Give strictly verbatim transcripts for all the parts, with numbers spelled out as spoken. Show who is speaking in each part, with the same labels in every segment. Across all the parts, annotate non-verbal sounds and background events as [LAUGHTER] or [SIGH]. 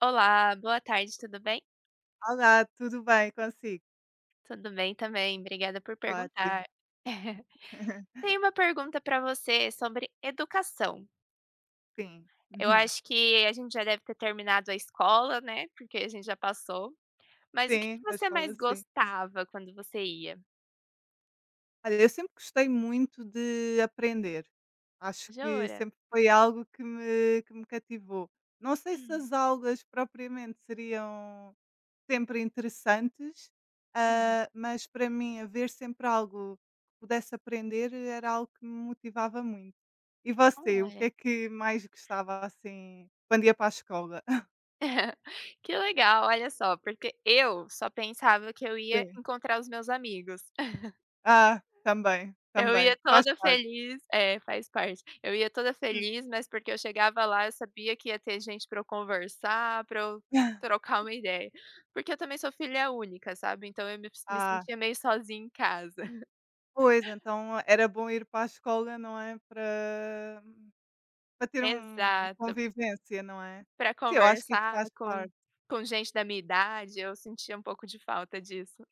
Speaker 1: Olá, boa tarde, tudo bem?
Speaker 2: Olá, tudo bem consigo?
Speaker 1: Tudo bem também, obrigada por
Speaker 2: Ótimo.
Speaker 1: perguntar. [LAUGHS]
Speaker 2: [LAUGHS]
Speaker 1: Tenho uma pergunta para você sobre educação.
Speaker 2: Sim.
Speaker 1: Eu
Speaker 2: Uhum.
Speaker 1: acho que a gente já deve ter terminado a escola, né? Porque a gente já passou. Mas o que que
Speaker 2: Sim, a
Speaker 1: você
Speaker 2: escola
Speaker 1: mais
Speaker 2: sim.
Speaker 1: gostava quando você ia?
Speaker 2: Olha, eu sempre gostei muito de aprender. Acho que
Speaker 1: Jura?
Speaker 2: sempre foi algo que me que me cativou. Não sei se
Speaker 1: Hum,
Speaker 2: as aulas propriamente seriam sempre interessantes,
Speaker 1: uhum.
Speaker 2: ah, mas para mim haver sempre algo que pudesse aprender era algo que me motivava muito. E você, o que
Speaker 1: Olha.
Speaker 2: é que mais gostava assim quando ia para a escola?
Speaker 1: [LAUGHS] Que legal, olha só, porque eu só pensava que eu ia
Speaker 2: [LAUGHS]
Speaker 1: encontrar os meus amigos.
Speaker 2: Ah, também,
Speaker 1: Eu
Speaker 2: também,
Speaker 1: ia
Speaker 2: faz
Speaker 1: toda
Speaker 2: parte.
Speaker 1: feliz é, faz parte. Eu ia toda feliz, mas porque eu chegava lá, eu sabia que ia ter gente para eu conversar, para eu
Speaker 2: [LAUGHS]
Speaker 1: trocar uma ideia. Porque eu também sou filha única, sabe, então eu me me
Speaker 2: Ah,
Speaker 1: sentia meio sozinha em casa. [LAUGHS]
Speaker 2: pois, então era bom ir para a escola, não é, para hum, para ter um
Speaker 1: Exato.
Speaker 2: convivência, não é?
Speaker 1: Para
Speaker 2: Sim, eu acho que isso faz
Speaker 1: conversar com
Speaker 2: parte,
Speaker 1: com gente da minha idade, eu sentia um pouco de falta disso.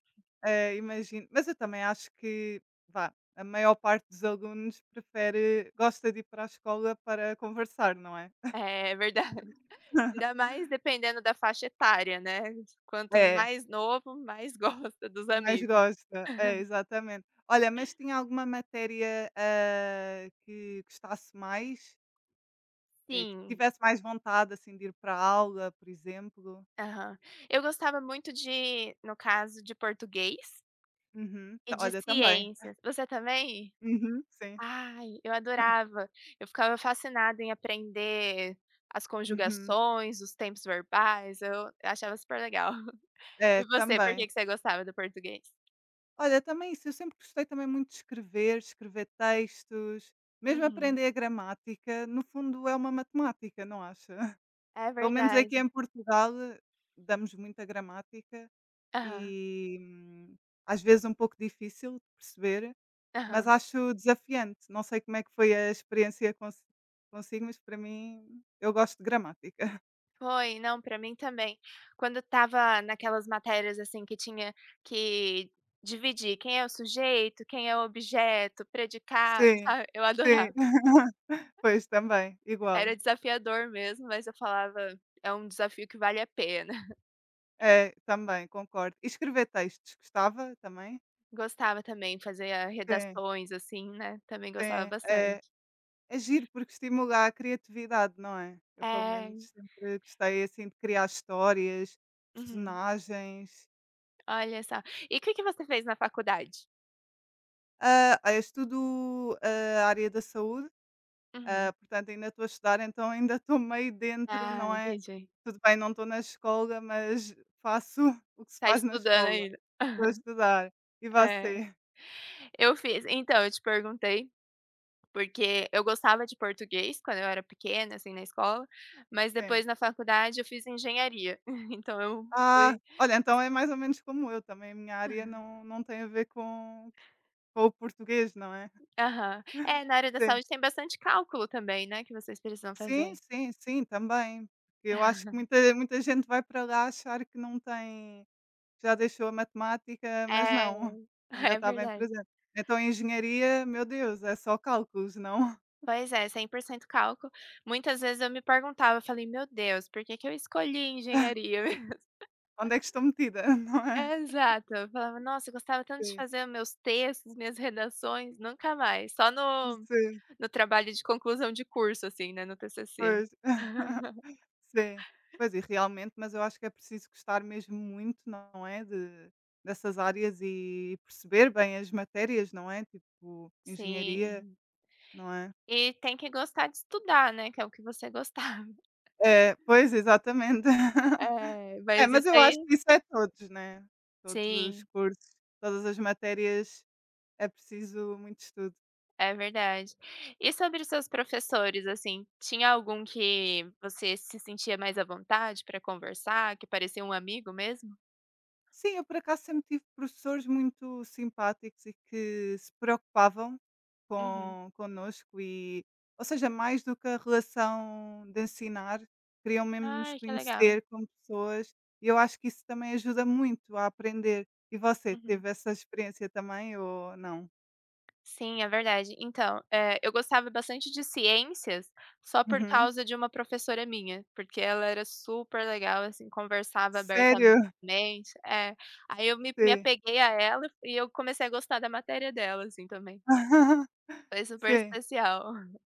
Speaker 2: eh, imagino. Mas eu também acho que, vá, a maior parte dos alunos prefere gosta de ir para a escola para conversar, não é?
Speaker 1: É é verdade. [LAUGHS] Ainda
Speaker 2: [LAUGHS]
Speaker 1: mais dependendo da faixa etária, né, quanto
Speaker 2: É,
Speaker 1: mais novo, mais [LAUGHS] gosta dos
Speaker 2: mais
Speaker 1: amigos.
Speaker 2: gosta, é, exatamente. Olha, mas tinha alguma matéria, ah, que gostasse mais? Eh, que
Speaker 1: Sim.
Speaker 2: tivesse mais vontade, assim, de ir para a aula, por exemplo.
Speaker 1: Aham. Eu gostava muito de, no caso, de português
Speaker 2: Uhum.
Speaker 1: e
Speaker 2: Ta
Speaker 1: de
Speaker 2: olha, também.
Speaker 1: ciências. Você também?
Speaker 2: Uhum, sim.
Speaker 1: Ai, eu adorava. Eu ficava fascinada em aprender as
Speaker 2: Uhum.
Speaker 1: conjugações, os tempos verbais, eu achava super legal. [LAUGHS] E
Speaker 2: É,
Speaker 1: você, por que
Speaker 2: também.
Speaker 1: que você gostava do português?
Speaker 2: Olha, também isso, eu sempre gostei também muito de escrever, escrever textos, mesmo
Speaker 1: Uhum.
Speaker 2: aprender a gramática, no fundo é uma matemática, não acha? [LAUGHS]
Speaker 1: É
Speaker 2: Pelo menos aqui
Speaker 1: verdade.
Speaker 2: em Portugal, eh, damos muita gramática
Speaker 1: Aham,
Speaker 2: e, hum, às vezes, um pouco difícil de perceber. Mas
Speaker 1: aham.
Speaker 2: acho desafiante, não sei como é que foi a experiência consi consigo, mas para mim eu gosto de gramática. [LAUGHS]
Speaker 1: Foi, não, pra mim também. Quando estava naquelas matérias, assim, que tinha que dividir quem é o sujeito, quem é o objeto, predicado, [LAUGHS]
Speaker 2: Sim,
Speaker 1: sabe, eu
Speaker 2: sim,
Speaker 1: adorava.
Speaker 2: [LAUGHS] pois também,
Speaker 1: Era
Speaker 2: igual.
Speaker 1: desafiador mesmo, mas eu falava: "É um desafio que vale a pena". [LAUGHS]
Speaker 2: É, também, concordo. E escrever textos, gostava também?
Speaker 1: Gostava também, fazia
Speaker 2: Sim,
Speaker 1: redações, assim, né, também gostava
Speaker 2: sim, é,
Speaker 1: bastante.
Speaker 2: é giro porque estimula a criatividade, não é? Eu pelo
Speaker 1: É.
Speaker 2: menos sempre gostei assim de criar histórias,
Speaker 1: Uhum.
Speaker 2: personagens.
Speaker 1: Olha só. E o que que você fez na faculdade?
Speaker 2: Ah, és tu do, ah, área da saúde? Ah,
Speaker 1: Uhum.
Speaker 2: portanto, ainda estou a estudar, então ainda estou meio dentro,
Speaker 1: Ah,
Speaker 2: não é?
Speaker 1: entendi.
Speaker 2: Tudo bem, não estou na escola, mas faço [LAUGHS] o que se
Speaker 1: Tá
Speaker 2: faz na
Speaker 1: estudando
Speaker 2: escola.
Speaker 1: ainda.
Speaker 2: Estou a
Speaker 1: [LAUGHS]
Speaker 2: estudar. E
Speaker 1: É.
Speaker 2: você?
Speaker 1: Eu fiz então, eu te perguntei porque eu gostava de português quando eu era pequena, assim, na escola, mas
Speaker 2: Sim.
Speaker 1: depois na faculdade eu fiz engenharia, [LAUGHS] então eu
Speaker 2: Ah,
Speaker 1: fui.
Speaker 2: olha, então é mais ou menos como eu também. A minha área não, não tem a ver com, com o português, não é?
Speaker 1: Aham. É, na área da
Speaker 2: Sim.
Speaker 1: saúde tem bastante cálculo também, né, que vocês precisam
Speaker 2: Sim,
Speaker 1: fazer.
Speaker 2: sim, sim, também. Eu acho que
Speaker 1: [LAUGHS]
Speaker 2: muita, muita gente vai para lá achar que não tem. Já deixou a matemática, mas
Speaker 1: É,
Speaker 2: não, [LAUGHS] ainda
Speaker 1: é
Speaker 2: está bem
Speaker 1: verdade.
Speaker 2: presente. Então em engenharia, meu Deus, é só cálculos, não? [LAUGHS]
Speaker 1: Pois é, cem por cento cálculo. Muitas vezes eu me perguntava, eu falei: "Meu Deus, por que que eu escolhi engenharia [LAUGHS] mesmo?".
Speaker 2: Onde é que estou metida, [LAUGHS] não é?
Speaker 1: Exato, eu falava: "Nossa, eu gostava tanto de
Speaker 2: Sim,
Speaker 1: fazer meus textos, minhas redações, nunca mais, só no
Speaker 2: sim,
Speaker 1: No trabalho de conclusão de curso, assim, né, no T C C.
Speaker 2: pois. [LAUGHS]
Speaker 1: [LAUGHS]
Speaker 2: Sim. Pois, e realmente, mas eu acho que é preciso gostar mesmo muito, não é, de dessas áreas e perceber bem as matérias, não é, tipo, engenharia,
Speaker 1: Sim.
Speaker 2: não é?
Speaker 1: E tem que gostar de estudar, né, que é o que você [LAUGHS] gostava.
Speaker 2: É, pois, exatamente. [LAUGHS]
Speaker 1: É,
Speaker 2: É,
Speaker 1: mas
Speaker 2: mas
Speaker 1: isso
Speaker 2: eu
Speaker 1: aí
Speaker 2: acho que isso é todos, né, todos os
Speaker 1: sim,
Speaker 2: cursos, todas as matérias. É preciso muito estudo.
Speaker 1: é verdade. E sobre os seus professores, assim, tinha algum que você se sentia mais à vontade para conversar, que parecia um amigo mesmo?
Speaker 2: Sim, eu por acaso sempre tive professores muito simpáticos e que se preocupavam
Speaker 1: Uhum.
Speaker 2: com connosco e, ou seja, mais do que a relação de ensinar, queriam mesmo nos
Speaker 1: Ai, que legal.
Speaker 2: conhecer como pessoas e eu acho que isso também ajuda muito a aprender. E você,
Speaker 1: Uhum.
Speaker 2: teve essa experiência também ou não?
Speaker 1: Sim, é verdade. Então, eh, eu gostava bastante de ciências só por
Speaker 2: Uhum.
Speaker 1: causa de uma professora minha, porque ela era super legal, assim, conversava
Speaker 2: Sério?
Speaker 1: abertamente. É, aí eu me me
Speaker 2: Sim.
Speaker 1: apeguei a ela e eu comecei a gostar da matéria dela, assim, também.
Speaker 2: [LAUGHS]
Speaker 1: Foi super
Speaker 2: Sim.
Speaker 1: especial. [LAUGHS]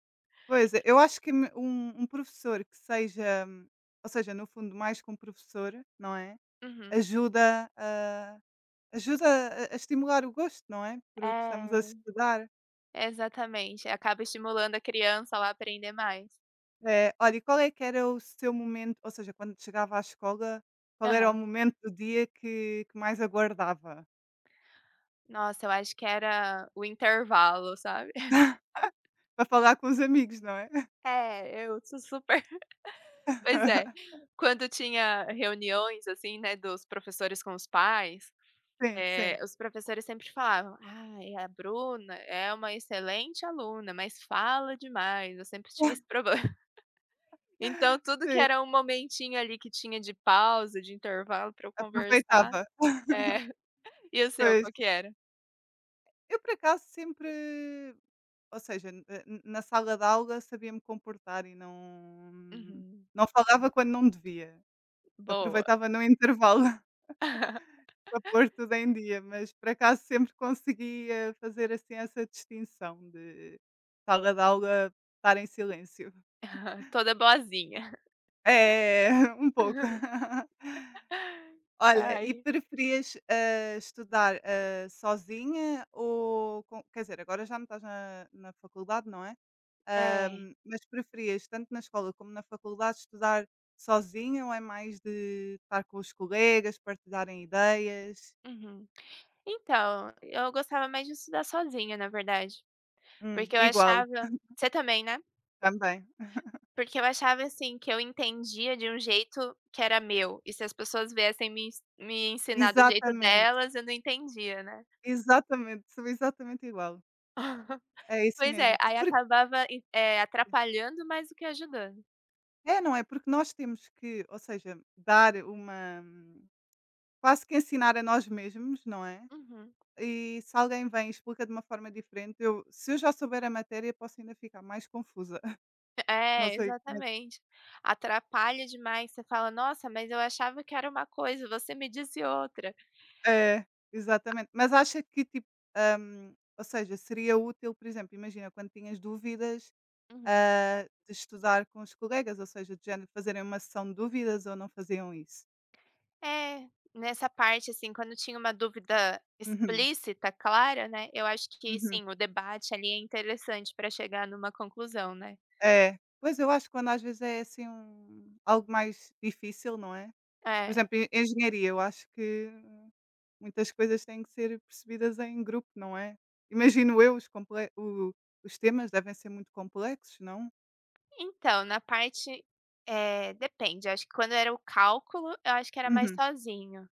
Speaker 2: Pois é, eu acho que me um um professor que seja hum, ou seja, no fundo, mais que um professor, não é,
Speaker 1: Uhum.
Speaker 2: ajuda a ajuda a a estimular o gosto, não é, por o que
Speaker 1: É,
Speaker 2: estamos a estudar.
Speaker 1: exatamente. Acaba estimulando a criança lá a aprender mais.
Speaker 2: Eh, olha, e qual é que era o seu momento ou seja, quando chegava à escola, qual era o
Speaker 1: Aham.
Speaker 2: momento do dia que que mais aguardava?
Speaker 1: Nossa, eu acho que era o intervalo, sabe.
Speaker 2: [LAUGHS]
Speaker 1: [LAUGHS]
Speaker 2: Para falar com os amigos, não é?
Speaker 1: É, eu sou super. Pois é.
Speaker 2: [LAUGHS]
Speaker 1: Quando tinha reuniões, assim, né, dos professores com os pais,
Speaker 2: Sim,
Speaker 1: eh,
Speaker 2: sim.
Speaker 1: os professores sempre falavam: "Ai, a Bruna é uma excelente aluna, mas fala demais". Eu sempre tive esse problema. [LAUGHS] Então tudo que
Speaker 2: Sim,
Speaker 1: era um momentinho ali que tinha de pausa, de intervalo para eu conversar
Speaker 2: aproveitava.
Speaker 1: é.
Speaker 2: [LAUGHS]
Speaker 1: [LAUGHS] E o seu,
Speaker 2: Pois.
Speaker 1: qual que era?
Speaker 2: Eu, por acaso, sempre ou seja, n eh, n na sala de aula sabia-me comportar e não
Speaker 1: Uhum.
Speaker 2: não falava quando não devia.
Speaker 1: Boa.
Speaker 2: Aproveitava no intervalo [LAUGHS]
Speaker 1: [LAUGHS]
Speaker 2: para pôr tudo em dia, mas por acaso sempre conseguia fazer, assim, essa distinção de sala de aula, estar em silêncio.
Speaker 1: Toda boazinha.
Speaker 2: É, [LAUGHS] um pouco.
Speaker 1: [LAUGHS]
Speaker 2: [LAUGHS] Olha, e
Speaker 1: Ai.
Speaker 2: preferias, hã, estudar, hã, sozinha ou com quer dizer, agora já não estás na na faculdade, não é?
Speaker 1: É.
Speaker 2: Ahm, mas preferias, tanto na escola como na faculdade, estudar sozinha ou é mais de estar com os colegas, partilharem ideias?
Speaker 1: Uhum. Então, eu gostava mais de estudar sozinha, na verdade,
Speaker 2: Hum,
Speaker 1: porque eu achava
Speaker 2: igual,
Speaker 1: você também, né?
Speaker 2: também.
Speaker 1: Porque eu achava, assim, que eu entendia de um jeito que era meu, e se as pessoas viessem me ens me ensinar do jeito
Speaker 2: Exatamente,
Speaker 1: delas, eu não entendia, né?
Speaker 2: exatamente, sou exatamente igual.
Speaker 1: [LAUGHS]
Speaker 2: É isso
Speaker 1: Pois é,
Speaker 2: mesmo.
Speaker 1: aí
Speaker 2: Porque,
Speaker 1: acabava e eh, atrapalhando mais do que ajudando.
Speaker 2: é, não é? Porque nós temos que, ou seja, dar uma. hum, quase que ensinar a nós mesmos, não é?
Speaker 1: Uhum.
Speaker 2: E se alguém vem e explica de uma forma diferente, eu, se eu já souber a matéria, posso ainda ficar mais confusa. [LAUGHS] Não
Speaker 1: É,
Speaker 2: sei.
Speaker 1: exatamente. Atrapalha demais, você fala: "Nossa, mas eu achava que era uma coisa, você me disse outra".
Speaker 2: É, exatamente. Mas acha que tipo, hum, ou seja, seria útil, por exemplo, imagina quando tinhas dúvidas,
Speaker 1: Uhum.
Speaker 2: ah, de estudar com os colegas, ou seja, do género fazerem uma sessão de dúvidas ou não faziam isso?
Speaker 1: É, nessa parte, assim, quando tinha uma dúvida
Speaker 2: Uhum,
Speaker 1: explícita, clara, né, eu acho que
Speaker 2: uhum.
Speaker 1: sim, o debate ali é interessante para chegar numa conclusão, né.
Speaker 2: É. Pois eu acho que quando às vezes é assim um algo mais difícil, não é? Por
Speaker 1: É.
Speaker 2: exemplo, em engenharia, eu acho que muitas coisas têm que ser percebidas em grupo, não é? Imagino eu, os comple o os temas devem ser muito complexos, não?
Speaker 1: Então, na parte eh, depende. Eu acho que quando era o cálculo, eu acho que era mais
Speaker 2: Uhum,
Speaker 1: sozinho,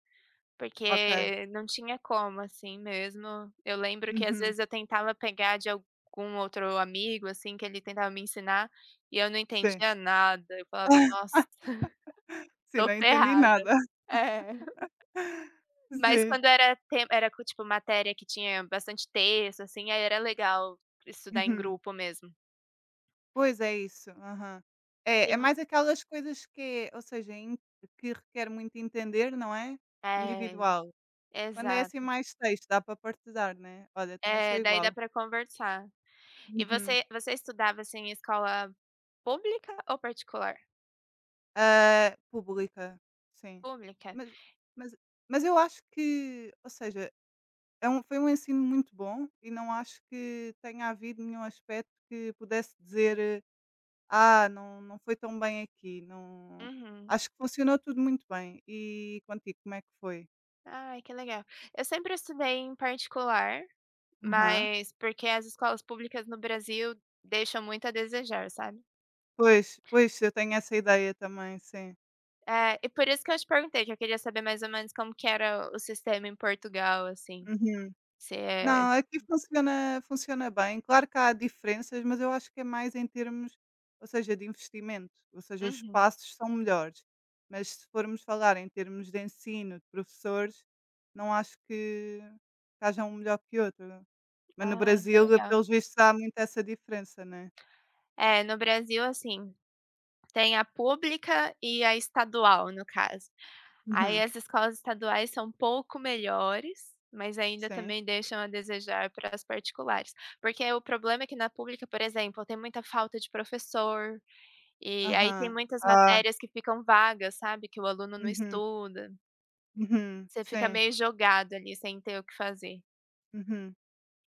Speaker 2: ok.
Speaker 1: porque não tinha como, assim, mesmo. Eu lembro que às
Speaker 2: Uhum.
Speaker 1: vezes eu tentava pegar de algum outro amigo, assim, que ele tentava me ensinar, e eu não
Speaker 2: Sim,
Speaker 1: entendia nada, eu falava: "Nossa, [LAUGHS]
Speaker 2: Sim,
Speaker 1: tô
Speaker 2: não entendi
Speaker 1: ferrada".
Speaker 2: nada. [LAUGHS]
Speaker 1: É. Mas
Speaker 2: Sim.
Speaker 1: quando era tema era co tipo matéria que tinha bastante texto, assim, aí era legal estudar em
Speaker 2: Uhum.
Speaker 1: grupo mesmo.
Speaker 2: Pois é isso. Aham.
Speaker 1: E
Speaker 2: É, é
Speaker 1: vo
Speaker 2: mais aquelas coisas que é- ou seja, em que requer muito entender, não é,
Speaker 1: É,
Speaker 2: individual. Quando é assim
Speaker 1: exato.
Speaker 2: mais texto, dá para partilhar, né. Olha, também sou
Speaker 1: É, daí dá
Speaker 2: igual.
Speaker 1: pra conversar. E
Speaker 2: Uhum.
Speaker 1: você você estudava, assim, em escola pública ou particular?
Speaker 2: Ah, pública, sim.
Speaker 1: Pública?
Speaker 2: Mas mas mas eu acho que ou seja, é um foi um ensino muito bom e não acho que tenha havido nenhum aspecto que pudesse dizer "Ah, não não foi tão bem aqui, não".
Speaker 1: Uhum.
Speaker 2: Acho que funcionou tudo muito bem. E contigo, como é que foi?
Speaker 1: Ai, que legal. Eu sempre estudei em particular,
Speaker 2: Aham.
Speaker 1: mas porque as escolas públicas no Brasil deixam muito a desejar, sabe.
Speaker 2: Pois, pois, eu tenho essa ideia também, sim.
Speaker 1: É, e por isso que eu te perguntei, que eu queria saber mais ou menos como que era o sistema em Portugal, assim.
Speaker 2: Uhum.
Speaker 1: C S.
Speaker 2: Não, aqui funciona funciona bem. Claro que há diferenças, mas eu acho que é mais em termos, ou seja, de investimento, ou seja, os
Speaker 1: Uhum.
Speaker 2: espaços são melhores. Mas se formos falar em termos de ensino, de professores, não acho que que haja um melhor que outro. Mas no
Speaker 1: Ah, que
Speaker 2: Brasil,
Speaker 1: legal.
Speaker 2: pelos vistos, há muito essa diferença, né?
Speaker 1: É, no Brasil, assim, tem a pública e a estadual, no caso. Aí
Speaker 2: Uhum.
Speaker 1: as escolas estaduais são um pouco melhores, mas ainda
Speaker 2: Sim.
Speaker 1: também deixam a desejar para as particulares. Porque o problema é que na pública, por exemplo, tem muita falta de professor, e aí tem
Speaker 2: Aham.
Speaker 1: muitas
Speaker 2: Ah.
Speaker 1: matérias que ficam vagas, sabe, que o aluno não
Speaker 2: Uhum,
Speaker 1: estuda.
Speaker 2: uhum.
Speaker 1: Você fica
Speaker 2: Sim.
Speaker 1: meio jogado ali, sem ter o que fazer.
Speaker 2: Uhum.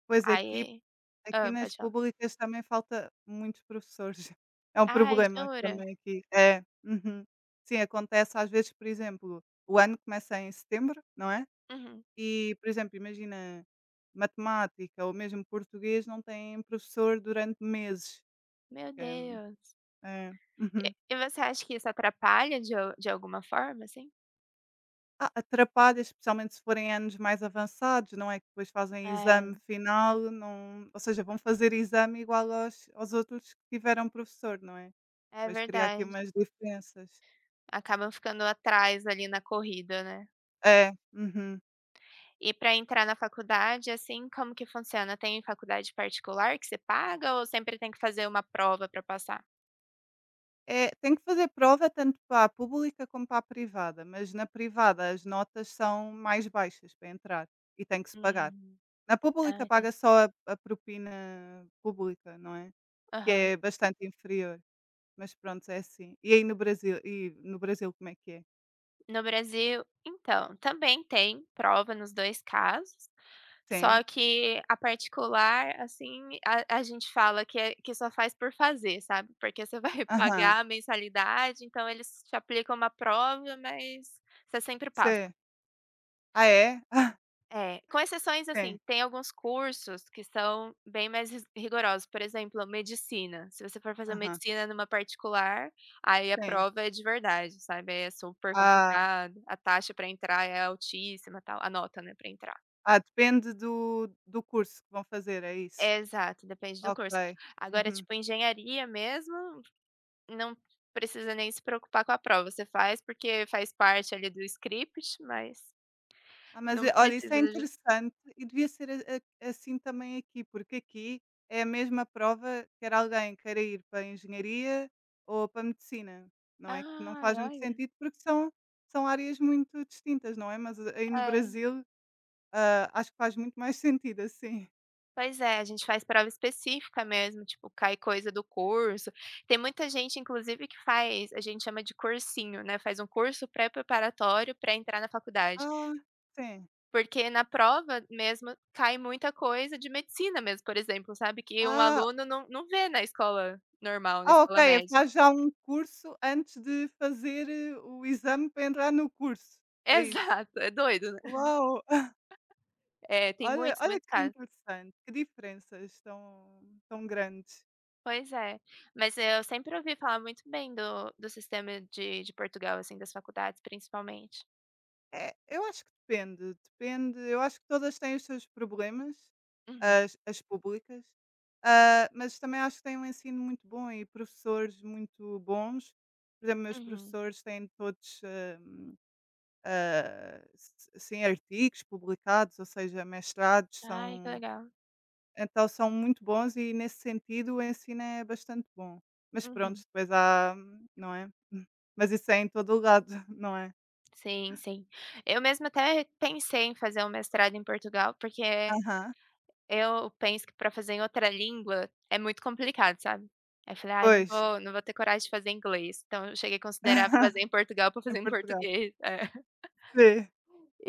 Speaker 2: Pois aqui
Speaker 1: Aí
Speaker 2: aqui
Speaker 1: Ah,
Speaker 2: nas
Speaker 1: pode falar.
Speaker 2: públicas também falta muitos professores. [LAUGHS] É um
Speaker 1: Ai,
Speaker 2: problema que
Speaker 1: jura?
Speaker 2: também aqui é. Uhum. Sim, acontece às vezes, por exemplo, o ano começa em setembro, não é?
Speaker 1: Uhum.
Speaker 2: E, por exemplo, imagina matemática ou mesmo português não tem professor durante meses.
Speaker 1: Meu
Speaker 2: Que É,
Speaker 1: Deus.
Speaker 2: é.
Speaker 1: E
Speaker 2: Uhum.
Speaker 1: e você acha que isso atrapalha de al de alguma forma, assim?
Speaker 2: Ah, atrapalha, especialmente se forem anos mais avançados, não é, que depois fazem exame
Speaker 1: É,
Speaker 2: final, não ou seja, vão fazer exame igual aos aos outros que tiveram professor, não é?
Speaker 1: é
Speaker 2: Depois cria aqui
Speaker 1: verdade.
Speaker 2: umas diferenças.
Speaker 1: Acabam ficando atrás ali na corrida, né.
Speaker 2: É, uhum.
Speaker 1: E para entrar na faculdade, assim, como que funciona? Tem faculdade particular que você paga ou sempre tem que fazer uma prova para passar?
Speaker 2: É, tem que fazer prova tanto para a pública como para a privada, mas na privada as notas são mais baixas para entrar e tem que se pagar.
Speaker 1: Hum.
Speaker 2: Na
Speaker 1: Ah,
Speaker 2: pública
Speaker 1: entendi.
Speaker 2: paga só a a propina pública, não é? Que é bastante inferior. Mas pronto, é assim. E aí no Brasil e no Brasil como é que é?
Speaker 1: No Brasil então, também tem prova nos dois casos,
Speaker 2: Sim.
Speaker 1: só que a particular, assim, a a gente fala que é que só faz por fazer, sabe, porque você vai [LAUGHS]
Speaker 2: Aham.
Speaker 1: pagar a mensalidade, então eles te aplicam uma prova, mas você sempre passa.
Speaker 2: Sim. Ah, é? ah,
Speaker 1: É, com exceções, assim,
Speaker 2: Sim.
Speaker 1: tem alguns cursos que são bem mais ris rigorosos, por exemplo, medicina. Se você for fazer
Speaker 2: Aham.
Speaker 1: medicina numa particular, aí a
Speaker 2: Sim.
Speaker 1: prova é de verdade, sabe, aí é super
Speaker 2: Ah,
Speaker 1: complicado, a taxa para entrar é altíssima, tal, a nota, né, para entrar.
Speaker 2: ah, depende do do curso que vão fazer, é isso?
Speaker 1: Exato, depende do curso.
Speaker 2: Ok.
Speaker 1: Agora,
Speaker 2: Uhum.
Speaker 1: tipo, engenharia mesmo, não precisa nem se preocupar com a prova, você faz porque faz parte ali do script, mas
Speaker 2: Ah, mas
Speaker 1: não
Speaker 2: é olha, isso é
Speaker 1: precisa de
Speaker 2: interessante e devia ser a a assim também aqui, porque aqui é a mesma prova, quer alguém queira ir para a engenharia ou para a medicina, não é? Que não
Speaker 1: Ai,
Speaker 2: faz muito
Speaker 1: olha.
Speaker 2: sentido, porque são são áreas muito distintas, não é? Mas eh, aí no
Speaker 1: É.
Speaker 2: Brasil. Hã, acho que faz muito mais sentido assim.
Speaker 1: Pois é, a gente faz prova específica mesmo, tipo, cai coisa do curso. Tem muita gente, inclusive, que faz a gente chama de cursinho, né, faz um curso pré-preparatório para entrar na faculdade.
Speaker 2: Ah, sim.
Speaker 1: Porque na prova mesmo cai muita coisa de medicina mesmo, por exemplo, sabe, que um
Speaker 2: Ah,
Speaker 1: aluno não não vê na escola normal, na
Speaker 2: ah, ok.
Speaker 1: escola média.
Speaker 2: Faz já um curso antes de fazer eh, o exame para entrar no curso,
Speaker 1: [LAUGHS]
Speaker 2: é isso?
Speaker 1: Exato, é doido, né.
Speaker 2: Uau! [LAUGHS]
Speaker 1: É, tem
Speaker 2: Olha
Speaker 1: muitos,
Speaker 2: olha
Speaker 1: muitos
Speaker 2: que
Speaker 1: casos.
Speaker 2: interessante, que diferenças tão tão grandes.
Speaker 1: Pois é. Mas eu sempre ouvi falar muito bem do do sistema de de Portugal, assim, das faculdades, principalmente.
Speaker 2: É, eu acho que depende, depende, eu acho que todas têm os seus problemas,
Speaker 1: Uhum,
Speaker 2: as as públicas, hã, mas também acho que têm um ensino muito bom e professores muito bons. Por exemplo, meus
Speaker 1: uhum.
Speaker 2: professores têm todos, ah, ah, s- sim, artigos publicados, ou seja, mestrados,
Speaker 1: Ai, que
Speaker 2: são,
Speaker 1: legal.
Speaker 2: então são muito bons e nesse sentido o ensino é bastante bom. Mas pronto,
Speaker 1: Uhum.
Speaker 2: depois há, hum, não é? [LAUGHS] Mas isso é em todo o lado, [LAUGHS] não é?
Speaker 1: Sim, sim. Eu mesma até pensei em fazer um mestrado em Portugal, porque
Speaker 2: Aham.
Speaker 1: eu penso que para fazer em outra língua é muito complicado, sabe. Aí eu falei: "Ai, não
Speaker 2: Pois,
Speaker 1: vou não vou ter coragem de fazer em inglês". Então eu cheguei a considerar fazer
Speaker 2: [LAUGHS]
Speaker 1: em Portugal para
Speaker 2: em
Speaker 1: fazer em
Speaker 2: Portugal.
Speaker 1: português. [LAUGHS] É.
Speaker 2: Sim,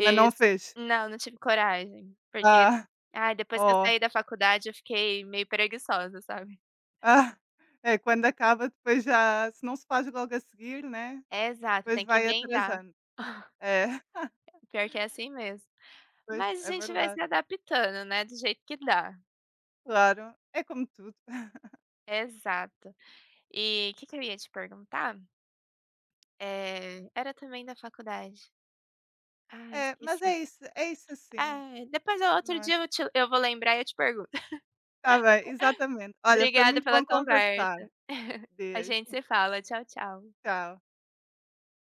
Speaker 2: mas não fez.
Speaker 1: Não, não tive coragem, porque
Speaker 2: Ah,
Speaker 1: ai, depois que eu
Speaker 2: oh,
Speaker 1: saí da faculdade eu fiquei meio preguiçosa, sabe.
Speaker 2: ah, é quando acaba, depois já, se não se faz logo a seguir, né?
Speaker 1: É, exato,
Speaker 2: Depois
Speaker 1: tem que
Speaker 2: vai
Speaker 1: emendar.
Speaker 2: atrasando.
Speaker 1: [LAUGHS]
Speaker 2: É, [LAUGHS]
Speaker 1: Pior que é assim mesmo.
Speaker 2: pois,
Speaker 1: Mas a
Speaker 2: é
Speaker 1: gente vai se
Speaker 2: verdade.
Speaker 1: adaptando, né, do jeito que dá.
Speaker 2: Claro, é como tudo.
Speaker 1: Exato. E o que que eu ia te perguntar? Eh, era também da faculdade. Ah,
Speaker 2: É, mas
Speaker 1: esqueci.
Speaker 2: é isso, é isso sim,
Speaker 1: É, depois eu
Speaker 2: não
Speaker 1: outro
Speaker 2: é?
Speaker 1: dia eu te eu vou lembrar e eu te pergunto. [LAUGHS]
Speaker 2: Está bem, exatamente. Olha, foi
Speaker 1: Obrigada
Speaker 2: muito
Speaker 1: pela
Speaker 2: bom conversar.
Speaker 1: conversa. [LAUGHS] A
Speaker 2: Deus,
Speaker 1: gente se fala. Tchau, tchau.
Speaker 2: tchau.